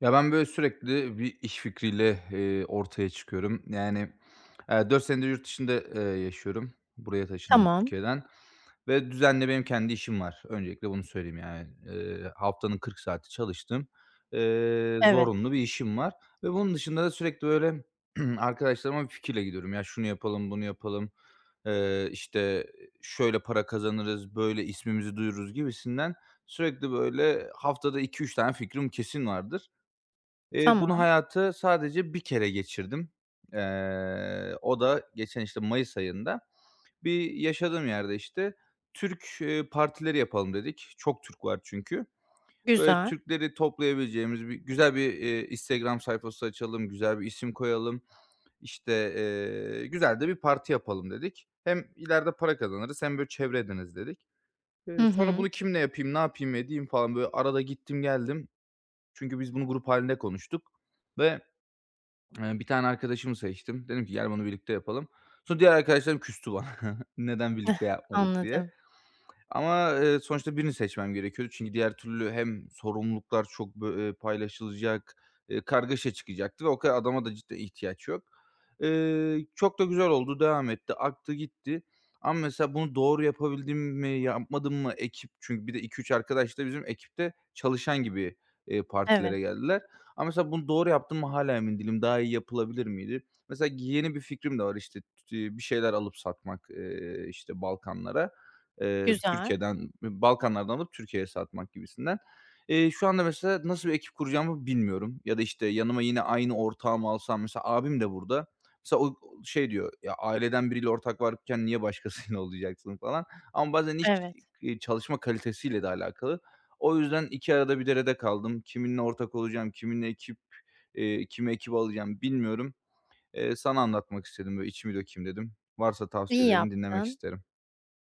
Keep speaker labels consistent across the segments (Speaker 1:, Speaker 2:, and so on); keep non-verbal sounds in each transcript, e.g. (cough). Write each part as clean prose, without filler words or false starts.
Speaker 1: Ya, ben, böyle, sürekli bir iş fikriyle, ortaya çıkıyorum. 4 senedir yurt dışında, yaşıyorum. Buraya taşındım
Speaker 2: Tamam,
Speaker 1: Türkiye'den ve düzenli benim kendi işim var. Öncelikle bunu söyleyeyim, yani. Haftanın 40 saati çalıştım,
Speaker 2: evet,
Speaker 1: zorunlu bir işim var ve bunun dışında da sürekli, böyle, (clears throat) arkadaşlarıma bir fikirle gidiyorum. "Ya, şunu yapalım, bunu yapalım, işte, şöyle para kazanırız, böyle ismimizi duyururuz." gibisinden sürekli, böyle, haftada iki üç tane fikrim kesin vardır. Bunu
Speaker 2: tamam,
Speaker 1: hayatı sadece bir kere geçirdim. O da geçen, işte, mayıs ayında. Bir yaşadığım yerde, işte, Türk, partileri yapalım dedik. Çok Türk var çünkü. Böyle
Speaker 2: güzel.
Speaker 1: Türkleri toplayabileceğimiz bir güzel bir, Instagram sayfası açalım, güzel bir isim koyalım. İşte, güzel de bir parti yapalım dedik. Hem ileride para kazanırız hem böyle çevre ediniriz dedik.
Speaker 2: Hı
Speaker 1: Sonra
Speaker 2: hı,
Speaker 1: bunu kimle yapayım, ne yapayım, edeyim falan, böyle arada gittim geldim. Çünkü biz bunu grup hâlinde konuştuk ve bir tane arkadaşımı seçtim. Dedim ki, "Gel bunu birlikte yapalım." Sonra diğer arkadaşlarım küstü bana. (laughs) "Neden birlikte yapmadık?" diye.
Speaker 2: anladım.
Speaker 1: Ama, sonuçta birini seçmem gerekiyordu. Çünkü diğer türlü hem sorumluluklar çok bö paylaşılacak, kargaşa çıkacaktı ve o kadar adama da cidden ihtiyaç yok. Çok da güzel oldu, devam etti, aktı gitti. Ama mesela bunu doğru yapabildim mi, yapmadım mı ekip çünkü bir de iki üç arkadaş da bizim ekipte çalışan gibi,
Speaker 2: Evet,
Speaker 1: partilere geldiler. Ama mesela bunu doğru yaptım mı hala emin değilim. Daha iyi yapılabilir miydi? Mesela yeni bir fikrim de var, işte, bir şeyler alıp satmak, işte, Balkanlara.
Speaker 2: güzel,
Speaker 1: Türkiye'den, Balkanlardan alıp Türkiye'ye satmak gibisinden. Şu anda mesela nasıl bir ekip kuracağımı bilmiyorum ya da, işte, yanıma yine aynı ortağı mı alsam? Mesela abim de burada. Mesela o şey diyor, "Ya, aileden biriyle ortak varken niye başkasıyla (laughs) olacaksın?" falan ama bazen iş,
Speaker 2: evet.
Speaker 1: çalışma kalitesiyle de alakalı. O yüzden 2 arada bir derede kaldım. Kiminle ortak olacağım, kiminle ekip, kimi ekip alacağım bilmiyorum. Sana anlatmak istedim, böyle içimi dökeyim dedim. Varsa
Speaker 2: İyi
Speaker 1: tavsiyelerini dinlemek
Speaker 2: yaptın.
Speaker 1: isterim.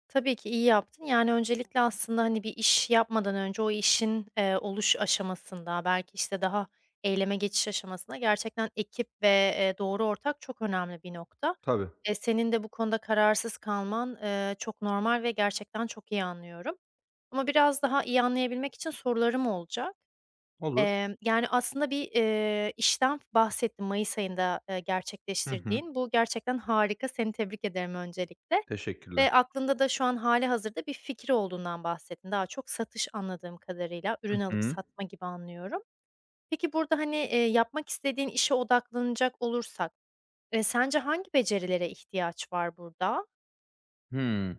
Speaker 2: Tabii ki iyi yaptın. Yani, öncelikle aslında, hani, bir iş yapmadan önce o işin, oluş aşamasında, belki, işte, daha eyleme geçiş aşamasında gerçekten ekip ve, doğru ortak çok önemli bir nokta.
Speaker 1: Tabii,
Speaker 2: Senin de bu konuda kararsız kalman, çok normal ve gerçekten çok iyi anlıyorum. Ama biraz daha iyi anlayabilmek için sorularım olacak.
Speaker 1: olur.
Speaker 2: Yani, aslında bir, işten bahsettin mayıs ayında,
Speaker 1: Hı hı.
Speaker 2: gerçekleştirdiğin. Bu gerçekten harika, seni tebrik ederim öncelikle
Speaker 1: Teşekkürler.
Speaker 2: ve aklında da şu an hali hazırda bir fikir olduğundan bahsettin. Daha çok satış anladığım kadarıyla,
Speaker 1: Hı
Speaker 2: ürün alıp
Speaker 1: hı.
Speaker 2: satma gibi anlıyorum. Peki burada, hani, yapmak istediğin işe odaklanacak olursak, sence hangi becerilere ihtiyaç var burada?
Speaker 1: Hımm.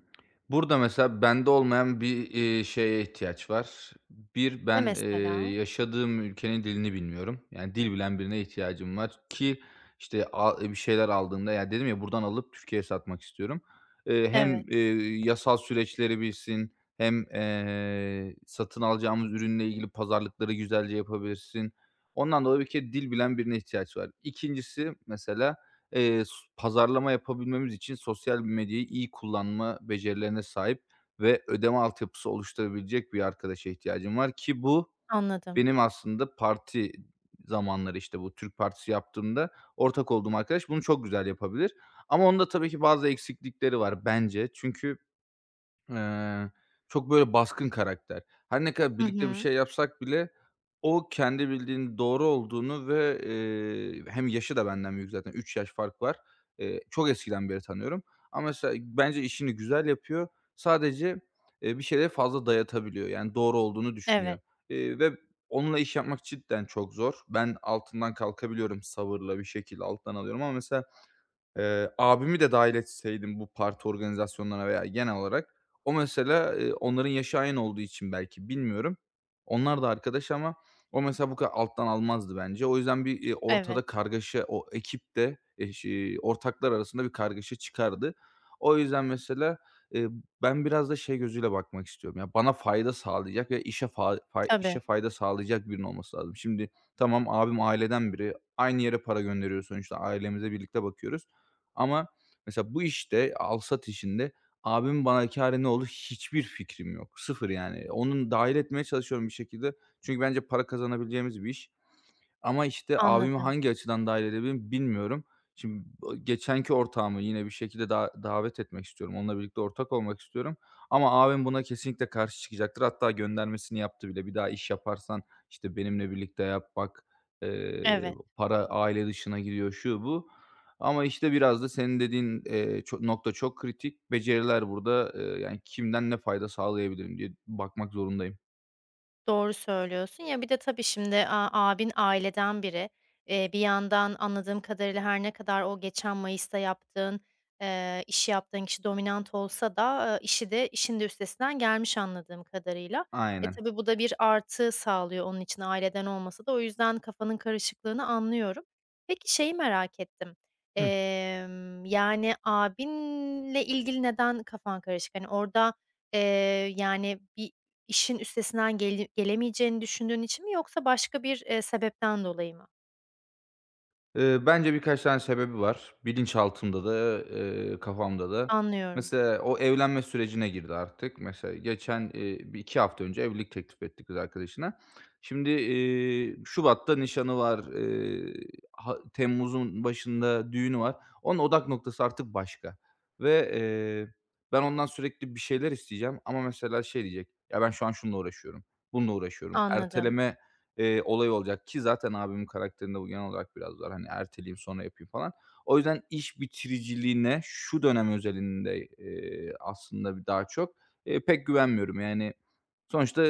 Speaker 1: Burada mesela bende olmayan bir, şeye ihtiyaç var. Bir,
Speaker 2: Ne
Speaker 1: ben, eee,
Speaker 2: mesela?
Speaker 1: yaşadığım ülkenin dilini bilmiyorum. Yani dil bilen birine ihtiyacım var ki işte bir şeyler aldığımda ya dedim ya buradan alıp Türkiye'ye satmak istiyorum. Eee,
Speaker 2: Evet,
Speaker 1: hem, eee, yasal süreçleri bilsin hem, satın alacağımız ürünle ilgili pazarlıkları güzelce yapabilsin. Ondan dolayı bir kere dil bilen birine ihtiyaç var. 2'ncisi mesela, s pazarlama yapabilmemiz için sosyal medyayı iyi kullanma becerilerine sahip ve ödeme altyapısı oluşturabilecek bir arkadaşa ihtiyacım var ki bu
Speaker 2: anladım.
Speaker 1: benim aslında parti zamanları, işte, bu Türk partisi yaptığımda ortak olduğum arkadaş bunu çok güzel yapabilir. Ama onda tabii ki bazı eksiklikleri var bence. Çünkü Eee, çok böyle baskın karakter. Her ne kadar
Speaker 2: Hı
Speaker 1: birlikte bir
Speaker 2: hı.
Speaker 1: şey yapsak bile o kendi bildiğinin doğru olduğunu ve, hem yaşı da benden büyük zaten 3 yaş fark var. Çok eskiden beri tanıyorum ama mesela bence işini güzel yapıyor. Sadece, bir şeyleri fazla dayatabiliyor. Yani doğru olduğunu düşünüyor,
Speaker 2: Evet,
Speaker 1: ve onunla iş yapmak cidden çok zor. Ben altından kalkabiliyorum sabırla bir şekilde alttan alıyorum ama mesela abimi de dahil etseydim bu parti organizasyonlarına veya genel olarak o mesela, onların yaşı aynı olduğu için belki bilmiyorum. Onlar da arkadaş ama o mesela bu kadar alttan almazdı bence. O yüzden bir,
Speaker 2: evet.
Speaker 1: ortada kargaşa o ekipte, şi ortaklar arasında bir kargaşa çıkardı. O yüzden mesela, eee, ben biraz da şey gözüyle bakmak istiyorum. Ya, bana fayda sağlayacak ve işe
Speaker 2: Tabii,
Speaker 1: fayda sağlayacak birinin olması lazım. Şimdi tamam abim aileden biri. Aynı yere para gönderiyoruz sonuçta. Ailemize birlikte bakıyoruz. Ama mesela bu işte, alsat işinde abimin bana kârı ne olur hiçbir fikrim yok. Sıfır yani. Onu dâhil etmeye çalışıyorum bir şekilde. Çünkü bence para kazanabileceğimiz bir iş. Ama, işte, abimi
Speaker 2: anladım.
Speaker 1: hangi açıdan dâhil edebilirim bilmiyorum. Şimdi geçenki ortağımı yine bir şekilde da davet etmek istiyorum. Onunla birlikte ortak olmak istiyorum ama abim buna kesinlikle karşı çıkacaktır. Hatta göndermesini yaptı bile. "Bir daha iş yaparsan, işte, benimle birlikte yap. Bak, eee,
Speaker 2: Evet.
Speaker 1: para aile dışına gidiyor." şu, bu. Ama, işte, biraz da senin dediğin, ço nokta çok kritik. Beceriler burada, yani, kimden ne fayda sağlayabilirim diye bakmak zorundayım.
Speaker 2: Doğru söylüyorsun. Ya, bir de tabii şimdi, abin aileden biri. Bir yandan anladığım kadarıyla her ne kadar o geçen mayısta yaptığın, işi yaptığın kişi dominant olsa da, işi de işin de üstesinden gelmiş anladığım kadarıyla. E,
Speaker 1: Aynen.
Speaker 2: tabii bu da bir artı sağlıyor onun için aileden olmasa da. O yüzden kafanın karışıklığını anlıyorum. Peki şeyi merak ettim.
Speaker 1: Hı
Speaker 2: Yani, abinle ilgili neden kafan karışık? Hani, orada, eee, yani, İşin üstesinden gele gelemeyeceğini düşündüğün için mi yoksa başka bir, sebepten dolayı mı?
Speaker 1: Bence birkaç tane sebebi var. Bilinçaltımda da, kafamda da.
Speaker 2: Anlıyorum,
Speaker 1: Mesela o evlenme sürecine girdi artık. Mesela geçen, bir 2 hafta önce evlilik teklif etti kız arkadaşına. Şimdi, şubatta nişanı var, ha temmuzun başında düğünü var. Onun odak noktası artık başka ve, ben ondan sürekli bir şeyler isteyeceğim ama mesela şey diyecek, "Ya, ben şu an şununla uğraşıyorum, bununla uğraşıyorum."
Speaker 2: anladım.
Speaker 1: Erteleme olay olacak ki zaten abimin karakterinde bu genel olarak biraz var. Hani erteleyeyim sonra yapayım falan. O yüzden iş bitiriciliğine şu dönem özelinde, aslında pek güvenmiyorum. Yani sonuçta,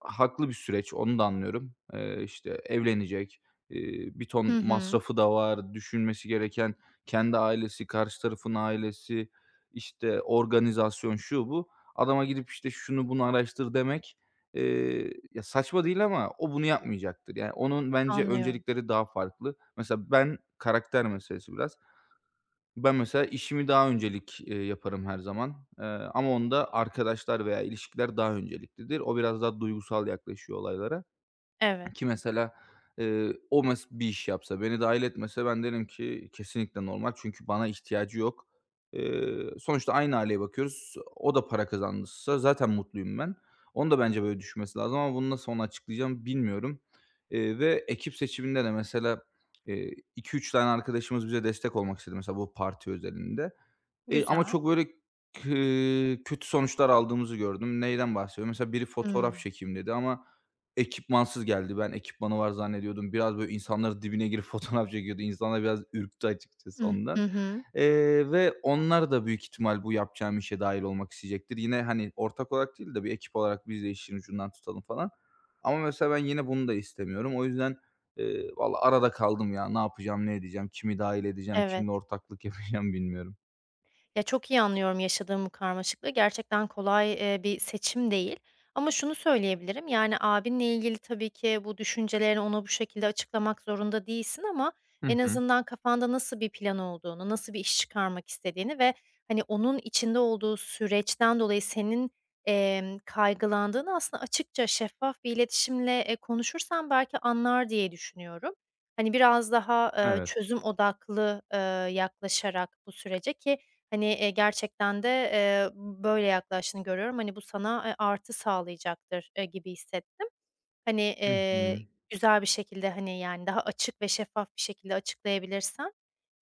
Speaker 1: haklı bir süreç, onu da anlıyorum. İşte evlenecek, bir
Speaker 2: Hı
Speaker 1: ton
Speaker 2: hı,
Speaker 1: masrafı da var, düşünmesi gereken kendi ailesi, karşı tarafın ailesi, işte organizasyon, şu bu. Adama gidip işte şunu bunu araştır demek ya, saçma değil ama o bunu yapmayacaktır. Yani, onun bence
Speaker 2: anlıyorum.
Speaker 1: öncelikleri daha farklı. Mesela ben karakter meselesi biraz. Ben mesela işimi daha öncelik, yaparım her zaman, ama onda arkadaşlar veya ilişkiler daha önceliklidir. O biraz daha duygusal yaklaşıyor olaylara.
Speaker 2: Evet,
Speaker 1: Ki mesela, o mes bir iş yapsa, beni dahil etmese ben derim ki kesinlikle normal çünkü bana ihtiyacı yok. Sonuçta aynı aileye bakıyoruz. O da para kazansa zaten mutluyum ben. Onun da bence böyle düşünmesi lazım ama bunu nasıl ona açıklayacağım bilmiyorum. Ve ekip seçiminde de mesela, iki üç tane arkadaşımız bize destek olmak istedi mesela bu parti özelinde. Ama
Speaker 2: güzel.
Speaker 1: çok böyle k kötü sonuçlar aldığımızı gördüm. Neyden bahsediyorum? Mesela biri fotoğraf
Speaker 2: Hımm.
Speaker 1: çekeyim dedi ama ekipmansız geldi. Ben ekipmanı var zannediyordum. Biraz böyle insanların dibine girip (laughs) fotoğraf çekiyordu. İnsanlar biraz ürktü açıkçası
Speaker 2: Ih,
Speaker 1: ondan.
Speaker 2: hı hı,
Speaker 1: Ve onlar da büyük ihtimal bu yapacağım işe dâhil olmak isteyecektir. Yine, hani, ortak olarak değil de bir ekip olarak biz de işin ucundan tutalım falan. Ama mesela ben yine bunu da istemiyorum. O yüzden, valla arada kaldım ya. Ne yapacağım, ne edeceğim, kimi dâhil edeceğim,
Speaker 2: evet.
Speaker 1: kimle ortaklık (laughs) yapacağım bilmiyorum.
Speaker 2: Ya, çok iyi anlıyorum yaşadığım bu karmaşıklığı. Gerçekten kolay, bir seçim değil ama şunu söyleyebilirim, yani, abinle ilgili tabii ki bu düşüncelerini ona bu şekilde açıklamak zorunda değilsin ama
Speaker 1: Hı
Speaker 2: en
Speaker 1: hı.
Speaker 2: azından kafanda nasıl bir plan olduğunu, nasıl bir iş çıkarmak istediğini ve, hani, onun içinde olduğu süreçten dolayı senin, kaygılandığını aslında açıkça, şeffaf bir iletişimle, konuşursan belki anlar diye düşünüyorum. Hani, biraz daha,
Speaker 1: Evet.
Speaker 2: çözüm odaklı, yaklaşarak bu sürece ki hani, gerçekten de, böyle yaklaştığını görüyorum. Hani, bu sana, artı sağlayacaktır, gibi hissettim. Hani,
Speaker 1: Hı hı.
Speaker 2: güzel bir şekilde, hani, yani, daha açık ve şeffaf bir şekilde açıklayabilirsen,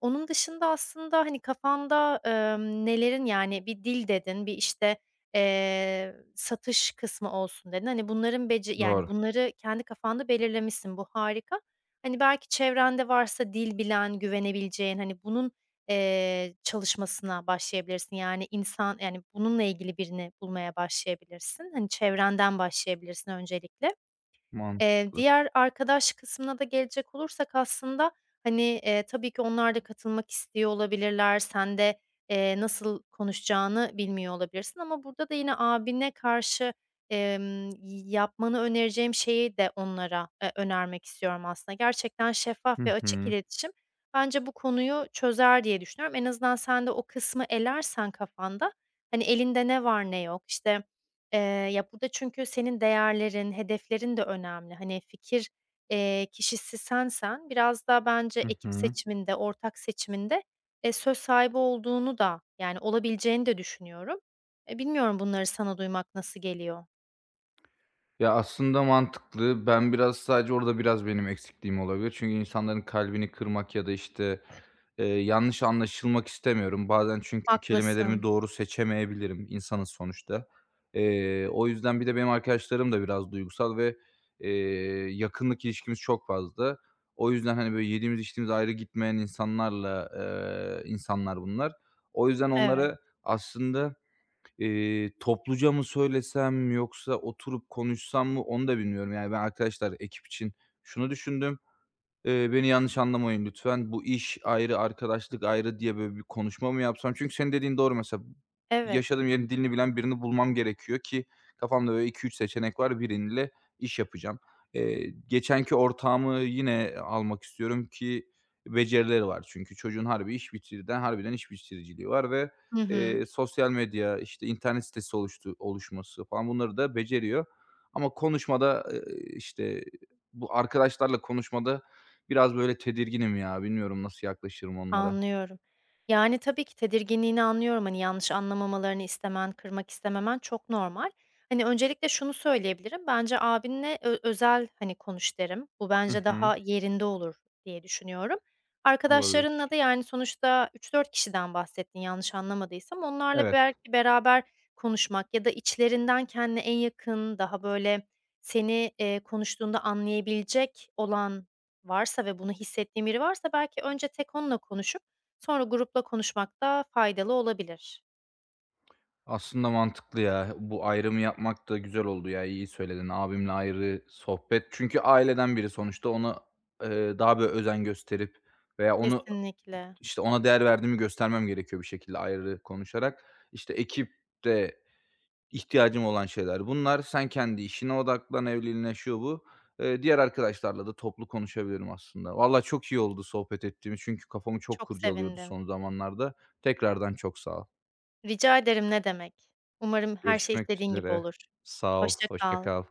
Speaker 2: onun dışında aslında, hani, kafanda, nelerin yani bir dil dedin, bir, işte, satış kısmı olsun dedin. Hani, bunların beci yani
Speaker 1: Doğru.
Speaker 2: bunları kendi kafanda belirlemişsin. Bu harika. Hani, belki çevrende varsa dil bilen, güvenebileceğin, hani, bunun, çalışmasına başlayabilirsin. Yani insan yani bununla ilgili birini bulmaya başlayabilirsin. Hani, çevrenden başlayabilirsin öncelikle.
Speaker 1: Mantıklı.
Speaker 2: Diğer arkadaş kısmına da gelecek olursak aslında, hani, tabii ki onlar da katılmak istiyor olabilirler. Sen de, nasıl konuşacağını bilmiyor olabilirsin ama burada da yine abine karşı, emm, yapmanı önereceğim şeyi de onlara, önermek istiyorum aslında. Gerçekten şeffaf ve
Speaker 1: Hı
Speaker 2: açık
Speaker 1: hı.
Speaker 2: iletişim bence bu konuyu çözer diye düşünüyorum. En azından sen de o kısmı elersen kafanda, hani, elinde ne var ne yok, işte Eee, burada çünkü senin değerlerin, hedeflerin de önemli. Hani, fikir, kişisi sensen biraz daha bence
Speaker 1: Hı
Speaker 2: ekip
Speaker 1: hı.
Speaker 2: seçiminde, ortak seçiminde, söz sahibi olduğunu da, yani, olabileceğini de düşünüyorum. E, bilmiyorum bunları sana duymak nasıl geliyor?
Speaker 1: Ya, aslında mantıklı. Ben biraz sadece orada biraz benim eksikliğim olabilir. Çünkü insanların kalbini kırmak ya da, işte, yanlış anlaşılmak istemiyorum. Bazen çünkü kelimelerimi
Speaker 2: Haklısın.
Speaker 1: doğru seçemeyebilirim. İnsanız sonuçta. O yüzden bir de benim arkadaşlarım da biraz duygusal ve, eee, yakınlık ilişkimiz çok fazla. O yüzden, hani, böyle yediğimiz içtiğimiz ayrı gitmeyen insanlarla, insanlar bunlar. O yüzden
Speaker 2: Evet,
Speaker 1: onlara aslında topluca mı söylesem yoksa oturup konuşsam mı onu da bilmiyorum. Yani ben arkadaşlar ekip için şunu düşündüm, beni yanlış anlamayın lütfen. Bu iş ayrı, arkadaşlık ayrı diye böyle bir konuşma mı yapsam? Çünkü senin dediğin doğru mesela.
Speaker 2: evet.
Speaker 1: Yaşadığım yerin dilini bilen birini bulmam gerekiyor ki kafamda böyle iki üç seçenek var. Biriyle iş yapacağım. Geçenki ortağımı yine almak istiyorum ki becerileri var. Çünkü çocuğun harbiden iş bitiriciliği var ve,
Speaker 2: Hı hı.
Speaker 1: sosyal medya, işte, internet sitesi oluşması falan bunları da beceriyor. Ama konuşmada, işte, bu arkadaşlarla konuşmada biraz böyle tedirginim ya. Bilmiyorum nasıl yaklaşırım onlara.
Speaker 2: Anlıyorum. Yani, tabii ki tedirginliğini anlıyorum. Hani, yanlış anlamamalarını istemen, kırmak istememen çok normal. Hani, öncelikle şunu söyleyebilirim. Bence abinle özel, hani, konuş derim. Bu
Speaker 1: Hı
Speaker 2: bence
Speaker 1: hı.
Speaker 2: daha yerinde olur diye düşünüyorum.
Speaker 1: Olabilir.
Speaker 2: Arkadaşlarınla da, yani, sonuçta üç dört kişiden bahsettin yanlış anlamadıysam. Onlarla
Speaker 1: Evet.
Speaker 2: belki beraber konuşmak ya da içlerinden kendine en yakın, daha böyle seni, konuştuğunda anlayabilecek olan varsa ve bunu hissettiğin biri varsa belki önce tek onunla konuşup sonra grupla konuşmak da faydalı olabilir.
Speaker 1: Aslında mantıklı ya. Bu ayrımı yapmak da güzel oldu ya. İyi söyledin. Abimle ayrı sohbet. Çünkü aileden biri sonuçta. Ona, daha böyle özen gösterip veya onu,
Speaker 2: Kesinlikle.
Speaker 1: işte, ona değer verdiğimi göstermem gerekiyor bir şekilde ayrı konuşarak. İşte, ekip de İhtiyacım olan şeyler bunlar. Sen kendi işine odaklan, evliliğine, şu bu. Diğer arkadaşlarla da toplu konuşabilirim aslında. Valla çok iyi oldu sohbet ettiğimiz çünkü kafamı çok
Speaker 2: Çok
Speaker 1: kurcalıyordu
Speaker 2: sevindim.
Speaker 1: son zamanlarda. Tekrardan çok sağ ol.
Speaker 2: Rica ederim, ne demek. Umarım her şey
Speaker 1: Görüşmek
Speaker 2: istediğin gibi
Speaker 1: üzere.
Speaker 2: olur.
Speaker 1: Sağ ol,
Speaker 2: Hoşça
Speaker 1: hoşça
Speaker 2: kal.
Speaker 1: kal.